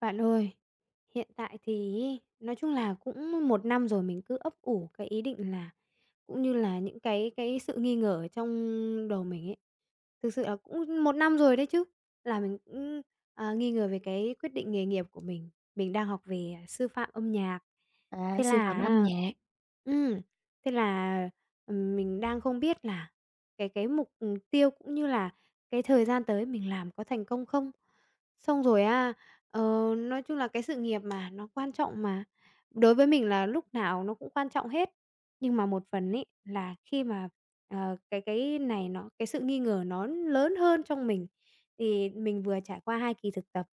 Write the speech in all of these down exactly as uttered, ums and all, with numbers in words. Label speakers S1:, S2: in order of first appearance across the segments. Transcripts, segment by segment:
S1: Bạn ơi, hiện tại thì ấy, nói chung là cũng một năm rồi mình cứ ấp ủ cái ý định là cũng như là những cái cái sự nghi ngờ ở trong đầu mình ấy. Thực sự là cũng một năm rồi đấy chứ, là mình cũng, à, nghi ngờ về cái quyết định nghề nghiệp của mình. Mình đang học về sư phạm âm nhạc,
S2: À,
S1: thế
S2: sưu tầm
S1: là
S2: âm
S1: á
S2: nhạc.
S1: ừ, thế là, ừm, mình đang không biết là cái cái mục, ừ, tiêu cũng như là cái thời gian tới mình làm có thành công không? Xong rồi á. Ờ, nói chung là cái sự nghiệp mà, nó quan trọng mà. Đối với mình là lúc nào nó cũng quan trọng hết, nhưng mà một phần ấy là khi mà, ờ, cái cái này nó cái sự nghi ngờ nó lớn hơn trong mình, thì mình vừa trải qua hai kỳ thực tập,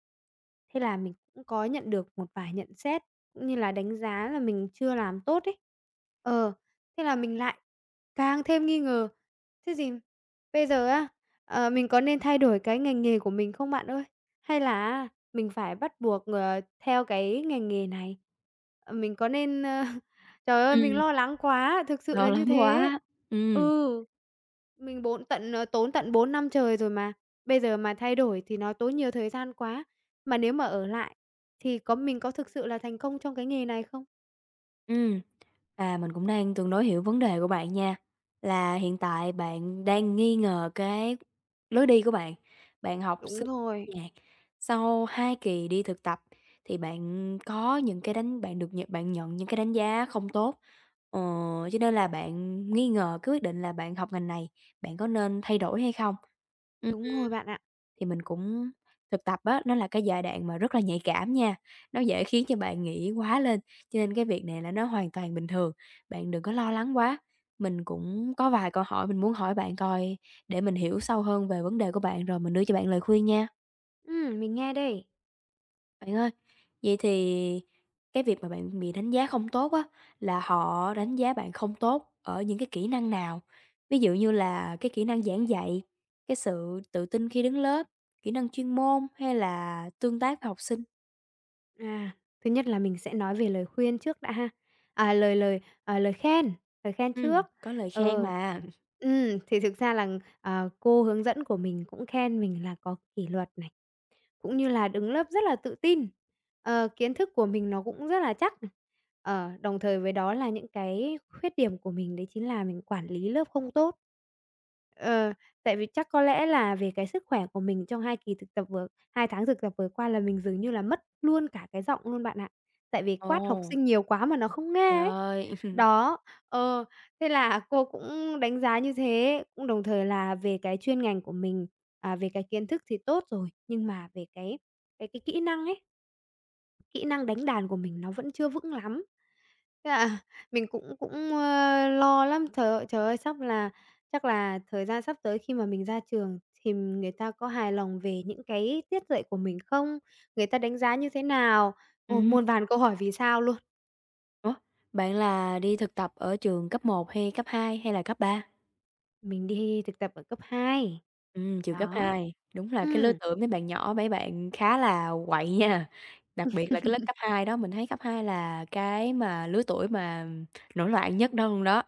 S1: thế là mình cũng có nhận được một vài nhận xét, cũng như là đánh giá là mình chưa làm tốt ấy. Ờ, thế là mình lại càng thêm nghi ngờ, thế gì bây giờ á, ờ, mình có nên thay đổi cái ngành nghề của mình không bạn ơi? Hay là mình phải bắt buộc, ờ, theo cái ngành nghề này, ờ, mình có nên, ơ trời ơi, mình
S2: Ừm,
S1: lo lắng quá, thực sự
S2: Lâu
S1: là
S2: lắm
S1: như thế.
S2: quá. Ừm,
S1: Ừ, mình bốn tận ờ, tốn tận bốn năm trời rồi mà, bây giờ mà thay đổi thì nó tốn nhiều thời gian quá, mà nếu mà ở lại thì có mình có thực sự là thành công trong cái nghề này không?
S2: ừm. Và mình cũng đang tương đối hiểu vấn đề của bạn nha, là hiện tại bạn đang nghi ngờ cái lối đi của bạn. Bạn học
S1: Đúng
S2: sưu
S1: rồi,
S2: âm nhạc, sau hai kỳ đi thực tập thì bạn có những cái đánh bạn được nhận bạn nhận những cái đánh giá không tốt, ờ, cho nên là bạn nghi ngờ cái quyết định là bạn học ngành này, bạn có nên thay đổi hay không?
S1: đúng rồi bạn ạ.
S2: Thì mình cũng thực tập á, nó là cái giai đoạn mà rất là nhạy cảm nha, nó dễ khiến cho bạn nghĩ quá lên, cho nên cái việc này là nó hoàn toàn bình thường, bạn đừng có lo lắng quá. Mình cũng có vài câu hỏi mình muốn hỏi bạn coi để mình hiểu sâu hơn về vấn đề của bạn rồi mình đưa cho bạn lời khuyên nha.
S1: Ừm, mình nghe đây.
S2: Bạn ơi, vậy thì cái việc mà bạn bị đánh giá không tốt á, là họ đánh giá bạn không tốt ở những cái kỹ năng nào? Ví dụ như là cái kỹ năng giảng dạy, cái sự tự tin khi đứng lớp, kỹ năng chuyên môn hay là tương tác với học sinh?
S1: À, thứ nhất là mình sẽ nói về lời khuyên trước đã ha, à, lời lời, à, lời khen, lời khen
S2: Ừm,
S1: trước.
S2: có lời khen
S1: Ừ.
S2: mà.
S1: Ừm, thì thực ra là, ờ, cô hướng dẫn của mình cũng khen mình là có kỷ luật này, cũng như là đứng lớp rất là tự tin. Ờ, kiến thức của mình nó cũng rất là chắc này. Ờ, đồng thời với đó là những cái khuyết điểm của mình đấy chính là mình quản lý lớp không tốt. Ờ, tại vì chắc có lẽ là về cái sức khỏe của mình trong hai kỳ thực tập vừa hai tháng thực tập vừa qua là mình dường như là mất luôn cả cái giọng luôn bạn ạ. Tại vì quát học
S2: Ồ,
S1: sinh nhiều quá mà nó không
S2: trời
S1: nghe ấy.
S2: ơi!
S1: Đó, ờ, thế là cô cũng đánh giá như thế, cũng đồng thời là về cái chuyên ngành của mình, à, về cái kiến thức thì tốt rồi, nhưng mà về cái cái cái kỹ năng ấy, kỹ năng đánh đàn của mình nó vẫn chưa vững lắm. Thế là mình cũng cũng, ơ, lo lắm, trời ơi, trời ơi, sắp là chắc là thời gian sắp tới khi mà mình ra trường thì người ta có hài lòng về những cái tiết dạy của mình không? Người ta đánh giá như thế nào? Ồ,
S2: Ừm,
S1: muôn vàn câu hỏi vì sao luôn.
S2: ủa, bạn là đi thực tập ở trường cấp một hay cấp hai hay là cấp ba?
S1: Mình đi thực tập ở cấp hai.
S2: Ừm, trường cấp
S1: Đó.
S2: hai đúng là cái lứa
S1: Ừm.
S2: tuổi mấy bạn nhỏ, mấy bạn khá là quậy nha, đặc biệt là cái lớp cấp hai đó, mình thấy cấp hai là cái mà lứa tuổi mà nổi loạn nhất đó luôn đó.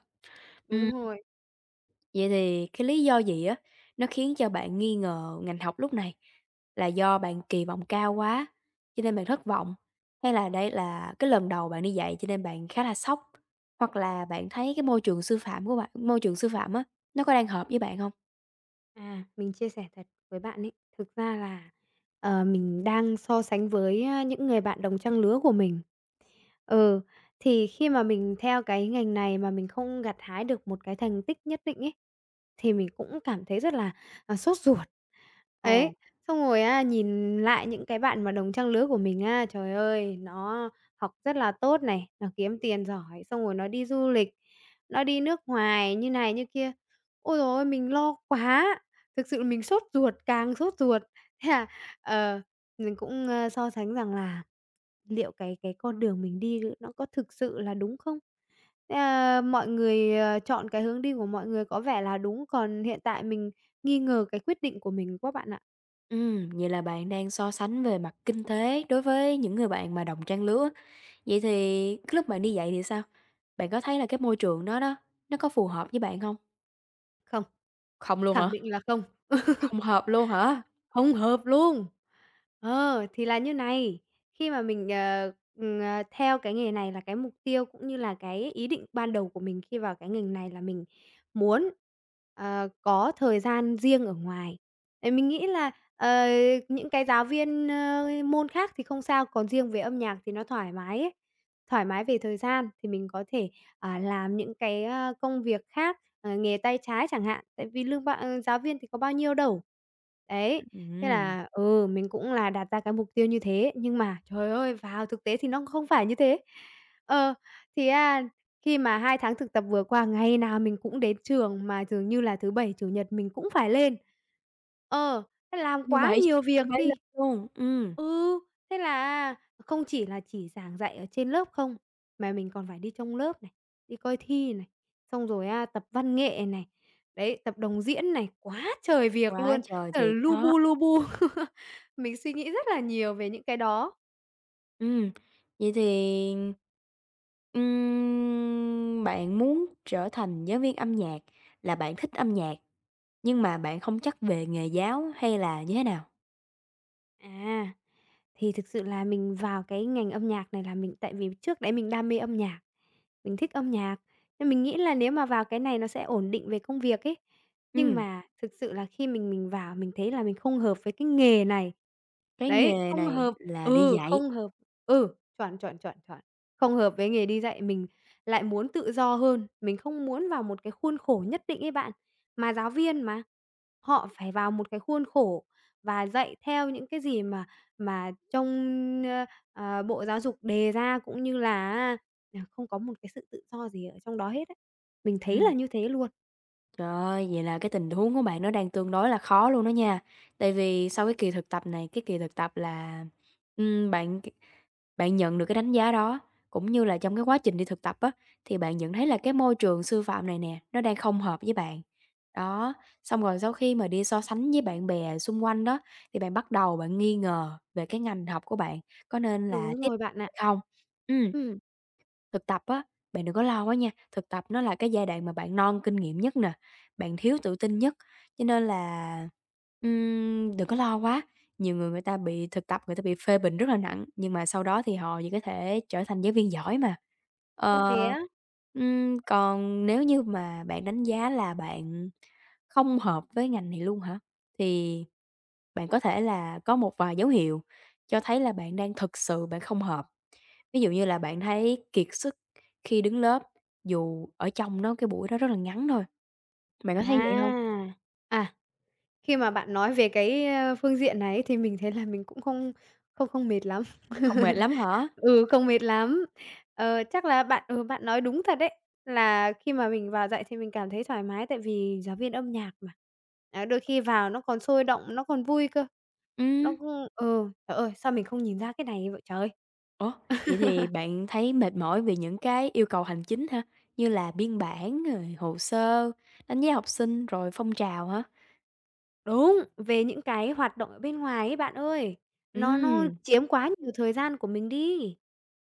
S2: Ừm,
S1: Đúng rồi.
S2: vậy thì cái lý do gì á, nó khiến cho bạn nghi ngờ ngành học lúc này? Là do bạn kỳ vọng cao quá, cho nên bạn thất vọng? Hay là đây là cái lần đầu bạn đi dạy cho nên bạn khá là sốc? Hoặc là bạn thấy cái môi trường sư phạm của bạn môi trường sư phạm á, nó có đang hợp với bạn không?
S1: À, mình chia sẻ thật với bạn ấy, thực ra là, ờ, mình đang so sánh với, a, những người bạn đồng trang lứa của mình. Ừ, thì khi mà mình theo cái ngành này mà mình không gặt hái được một cái thành tích nhất định ấy, thì mình cũng cảm thấy rất là, à, sốt ruột.
S2: Ờ.
S1: Ấy, xong rồi á, nhìn lại những cái bạn mà đồng trang lứa của mình á, trời ơi, nó học rất là tốt này, nó kiếm tiền giỏi, xong rồi nó đi du lịch, nó đi nước ngoài như này như kia. Ôi giời ơi, mình lo quá! Thực sự mình sốt ruột, càng sốt ruột. Thế là, ờ, mình cũng, ơ, so sánh rằng là liệu cái cái con đường mình đi nó có thực sự là đúng không? Thế là mọi người, ờ, chọn cái hướng đi của mọi người có vẻ là đúng, còn hiện tại mình nghi ngờ cái quyết định của mình quá bạn ạ.
S2: Ừm, vậy là bạn đang so sánh về mặt kinh tế đối với những người bạn mà đồng trang lứa. Vậy thì cái lúc bạn đi dạy thì sao? Bạn có thấy là cái môi trường đó đó, nó có phù hợp với bạn không?
S1: Không,
S2: Không luôn hả?
S1: khẳng định là không,
S2: Không hợp luôn hả?
S1: không hợp luôn! Ờ, thì là như này, khi mà mình, ờ, ừm, ờ, theo cái nghề này là cái mục tiêu cũng như là cái ý định ban đầu của mình khi vào cái ngành này là mình muốn, ờ, có thời gian riêng ở ngoài. Tại mình nghĩ là, ờ, những cái giáo viên, ơ, môn khác thì không sao, còn riêng về âm nhạc thì nó thoải mái ấy, thoải mái về thời gian thì mình có thể, à, làm những cái, a, công việc khác ờ, nghề tay trái chẳng hạn, tại vì lương ba ờ, giáo viên thì có bao nhiêu đâu. Đấy, thế
S2: Ừm.
S1: là, ừ, mình cũng là đặt ra cái mục tiêu như thế, nhưng mà, trời ơi, vào thực tế thì nó không phải như thế. Ờ, thì á, khi mà hai tháng thực tập vừa qua, ngày nào mình cũng đến trường mà dường như là thứ Bảy, Chủ nhật mình cũng phải lên. Ờ, thế làm
S2: Như
S1: quá
S2: vậy
S1: nhiều
S2: như
S1: việc
S2: vậy là
S1: đi.
S2: luôn, ừm,
S1: Ừ, thế là không chỉ là chỉ giảng dạy ở trên lớp không, mà mình còn phải đi trong lớp này đi coi thi này, xong rồi á, tập văn nghệ này, đấy, tập đồng diễn này, quá trời việc
S2: quá
S1: luôn,
S2: trời
S1: ờ,
S2: thiệt
S1: lu
S2: đó.
S1: bu, lu bu. Mình suy nghĩ rất là nhiều về những cái đó.
S2: Ừm, vậy thì, ừm, bạn muốn trở thành giáo viên âm nhạc là bạn thích âm nhạc, nhưng mà bạn không chắc về nghề giáo hay là như thế nào?
S1: À, thì thực sự là mình vào cái ngành âm nhạc này là mình tại vì trước đấy mình đam mê âm nhạc, mình thích âm nhạc, nên mình nghĩ là nếu mà vào cái này nó sẽ ổn định về công việc ấy. Nhưng
S2: Ừm.
S1: mà thực sự là khi mình mình vào mình thấy là mình không hợp với cái nghề này.
S2: Cái
S1: Đấy,
S2: nghề
S1: không
S2: này
S1: hợp
S2: là đi
S1: ừ,
S2: dạy.
S1: không hợp ừ, chuẩn, chuẩn, chuẩn, chuẩn. Không hợp với nghề đi dạy, mình lại muốn tự do hơn, mình không muốn vào một cái khuôn khổ nhất định ấy bạn. Mà giáo viên mà họ phải vào một cái khuôn khổ và dạy theo những cái gì mà mà trong, ơ, ờ, Bộ Giáo dục đề ra, cũng như là á, là không có một cái sự tự do gì ở trong đó hết á. Mình thấy
S2: Ừm,
S1: là như thế luôn.
S2: trời ơi, vậy là cái tình huống của bạn nó đang tương đối là khó luôn đó nha. Tại vì sau cái kỳ thực tập này, cái kỳ thực tập là, ừm, bạn bạn nhận được cái đánh giá đó, cũng như là trong cái quá trình đi thực tập á, thì bạn nhận thấy là cái môi trường sư phạm này nè, nó đang không hợp với bạn. Đó, xong rồi sau khi mà đi so sánh với bạn bè xung quanh đó, thì bạn bắt đầu bạn nghi ngờ về cái ngành học của bạn có nên là
S1: Đúng
S2: tiếp
S1: rồi bạn ạ.
S2: hay không. Ừm.
S1: Ừm.
S2: Thực tập á, bạn đừng có lo quá nha, thực tập nó là cái giai đoạn mà bạn non kinh nghiệm nhất nè, bạn thiếu tự tin nhất, cho nên là, ừm, đừng có lo quá. Nhiều người người ta bị thực tập người ta bị phê bình rất là nặng, nhưng mà sau đó thì họ chỉ có thể trở thành giáo viên giỏi mà.
S1: Ô,
S2: Ờ,
S1: thế á?
S2: ừm, còn nếu như mà bạn đánh giá là bạn không hợp với ngành này luôn hả? Thì bạn có thể là có một vài dấu hiệu cho thấy là bạn đang thực sự bạn không hợp. Ví dụ như là bạn thấy kiệt sức khi đứng lớp, dù ở trong nó cái buổi đó rất là ngắn thôi, bạn có thấy vậy hông?
S1: À. À, khi mà bạn nói về cái, ơ, phương diện này ấy thì mình thấy là mình cũng không không không mệt lắm.
S2: Hông mệt lắm hả?
S1: Ừ, không mệt lắm. Ờ, chắc là bạn ừ, bạn nói đúng thật đấy, là khi mà mình vào dạy thì mình cảm thấy thoải mái tại vì giáo viên âm nhạc mà. Á, đôi khi vào nó còn sôi động, nó còn vui cơ,
S2: Ừm,
S1: nó cũng ừ, trời ơi, sao mình không nhìn ra cái này vậy trời!
S2: ủa, vậy thì bạn thấy mệt mỏi vì những cái yêu cầu hành chính hả? Như là biên bản, rồi hồ sơ, đánh giá học sinh, rồi phong trào hả?
S1: Đúng, về những cái hoạt động ở bên ngoài ấy bạn ơi, nó nó
S2: Ừm.
S1: chiếm quá nhiều thời gian của mình đi.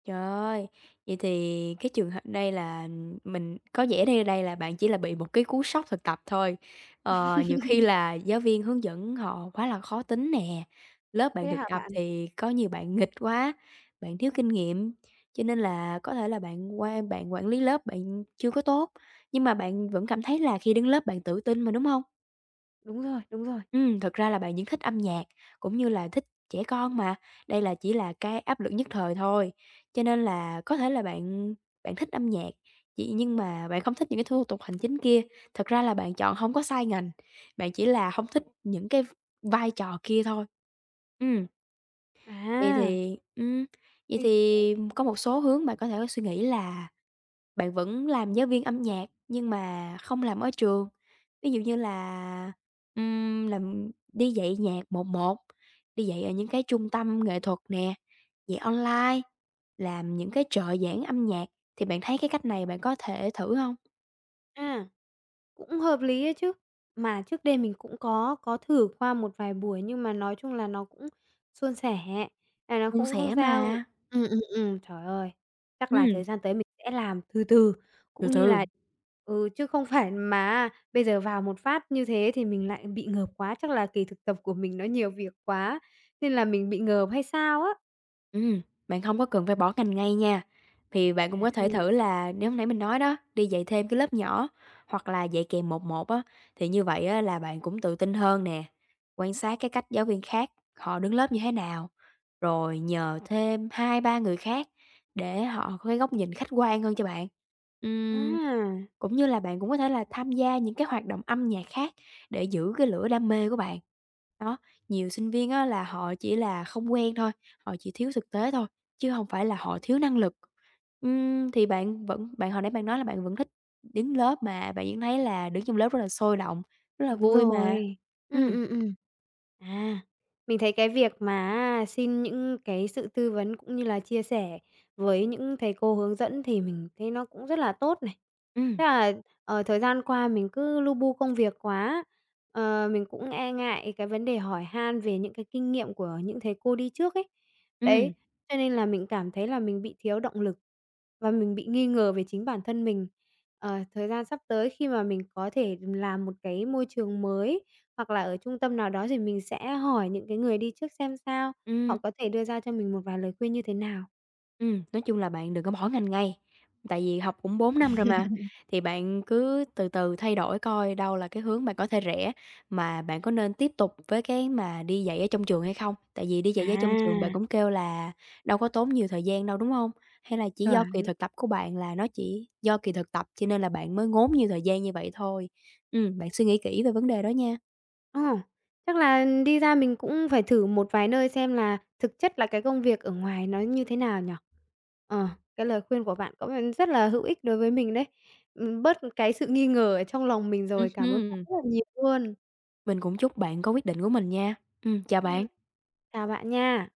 S2: Trời ơi! Vậy thì cái trường hợp đây là mình có vẻ đây đây là bạn chỉ là bị một cái cú sốc thực tập thôi. Ờ, nhiều khi là giáo viên hướng dẫn họ quá là khó tính nè, lớp bạn
S1: Thế
S2: thực
S1: hả
S2: tập
S1: bạn?
S2: thì có nhiều bạn nghịch quá, bạn thiếu kinh nghiệm, cho nên là có thể là bạn quan bạn quản lý lớp bạn chưa có tốt, nhưng mà bạn vẫn cảm thấy là khi đứng lớp bạn tự tin mà, đúng không?
S1: Đúng rồi, đúng rồi.
S2: Ừm, thực ra là bạn vẫn thích âm nhạc, cũng như là thích trẻ con mà, đây là chỉ là cái áp lực nhất thời thôi. Cho nên là có thể là bạn bạn thích âm nhạc, chỉ nhưng mà bạn không thích những cái thủ tục hành chính kia. Thật ra là bạn chọn không có sai ngành, bạn chỉ là không thích những cái vai trò kia thôi. Ừm, vậy
S1: À,
S2: thì ừm, vậy
S1: mình
S2: thì có một số hướng bạn có thể suy nghĩ là bạn vẫn làm giáo viên âm nhạc nhưng mà không làm ở trường. Ví dụ như là, ừm, làm đi dạy nhạc một một, đi dạy ở những cái trung tâm nghệ thuật nè, dạy online, làm những cái trợ giảng âm nhạc, thì bạn thấy cái cách này bạn có thể thử không?
S1: à. Cũng hợp lý ấy chứ. Mà trước đây mình cũng có có thử qua một vài buổi nhưng mà nói chung là nó cũng suôn sẻ, à, nó
S2: Suôn
S1: cũng không
S2: sẻ
S1: sao.
S2: mà.
S1: ừ ừ ừ trời ơi, chắc là
S2: Ừm,
S1: thời gian tới mình sẽ làm từ từ,
S2: từ
S1: cũng như
S2: từ.
S1: là ừ, chứ không phải mà bây giờ vào một phát như thế thì mình lại bị ngợp quá, chắc là kỳ thực tập của mình nó nhiều việc quá nên là mình bị ngợp hay sao á.
S2: Ừm, bạn hông có cần phải bỏ ngành ngay nha, thì bạn cũng có thể
S1: À,
S2: thử là nếu nãy mình nói đó, đi dạy thêm cái lớp nhỏ hoặc là dạy kèm một một á, thì như vậy á là bạn cũng tự tin hơn nè. Quan sát cái cách giáo viên khác họ đứng lớp như thế nào, rồi nhờ thêm hai ba người khác để họ có cái góc nhìn khách quan hơn cho bạn. Ừm,
S1: à.
S2: cũng như là bạn cũng có thể là tham gia những cái hoạt động âm nhạc khác để giữ cái lửa đam mê của bạn. Đó, nhiều sinh viên á là họ chỉ là không quen thôi, họ chỉ thiếu thực tế thôi, chứ không phải là họ thiếu năng lực. Ừm, thì bạn vẫn bạn hồi nãy bạn nói là bạn vẫn thích đứng lớp mà bạn vẫn thấy là đứng trong lớp rất là sôi động, rất là
S1: Đúng
S2: vui
S1: rồi.
S2: mà.
S1: Ừm,
S2: Ừm,
S1: ừm, ừm. À, mình thấy cái việc mà xin những cái sự tư vấn cũng như là chia sẻ với những thầy cô hướng dẫn thì mình thấy nó cũng rất là tốt này.
S2: ừm,
S1: Tức là, ở thời gian qua mình cứ lu bu công việc quá, ờ, mình cũng e ngại cái vấn đề hỏi han về những cái kinh nghiệm của những thầy cô đi trước ấy. Đấy,
S2: ừm,
S1: cho nên là mình cảm thấy là mình bị thiếu động lực và mình bị nghi ngờ về chính bản thân mình. Ờ, thời gian sắp tới khi mà mình có thể làm một cái môi trường mới, hoặc là ở trung tâm nào đó thì mình sẽ hỏi những cái người đi trước xem sao,
S2: ừm.
S1: họ có thể đưa ra cho mình một vài lời khuyên như thế nào.
S2: Ừm, nói chung là bạn đừng có bỏ ngành ngay, tại vì học cũng bốn năm rồi mà, thì bạn cứ từ từ thay đổi coi đâu là cái hướng bạn có thể rẽ, mà bạn có nên tiếp tục với cái mà đi dạy ở trong trường hay không? Tại vì đi dạy ở trong trường bạn
S1: À,
S2: cũng kêu là đâu có tốn nhiều thời gian đâu, đúng hông? Hay là chỉ do kỳ
S1: chuẩn.
S2: thực tập của bạn là nó chỉ do kỳ thực tập cho nên là bạn mới ngốn nhiều thời gian như vậy thôi? Ừm, bạn suy nghĩ kỹ về vấn đề đó nha.
S1: Ờ, chắc là đi ra mình cũng phải thử một vài nơi xem là thực chất là cái công việc ở ngoài nó như thế nào nhỉ? Ờ, cái lời khuyên của bạn có vẻ rất là hữu ích đối với mình đấy. Ừm, bớt cái sự nghi ngờ ở trong lòng mình
S2: Ừm
S1: rồi, cảm ơn bạn
S2: hưm,
S1: rất là nhiều luôn.
S2: mình cũng chúc bạn có quyết định của mình nha. Ừm, chào
S1: Ừm.
S2: bạn.
S1: Chào bạn nha.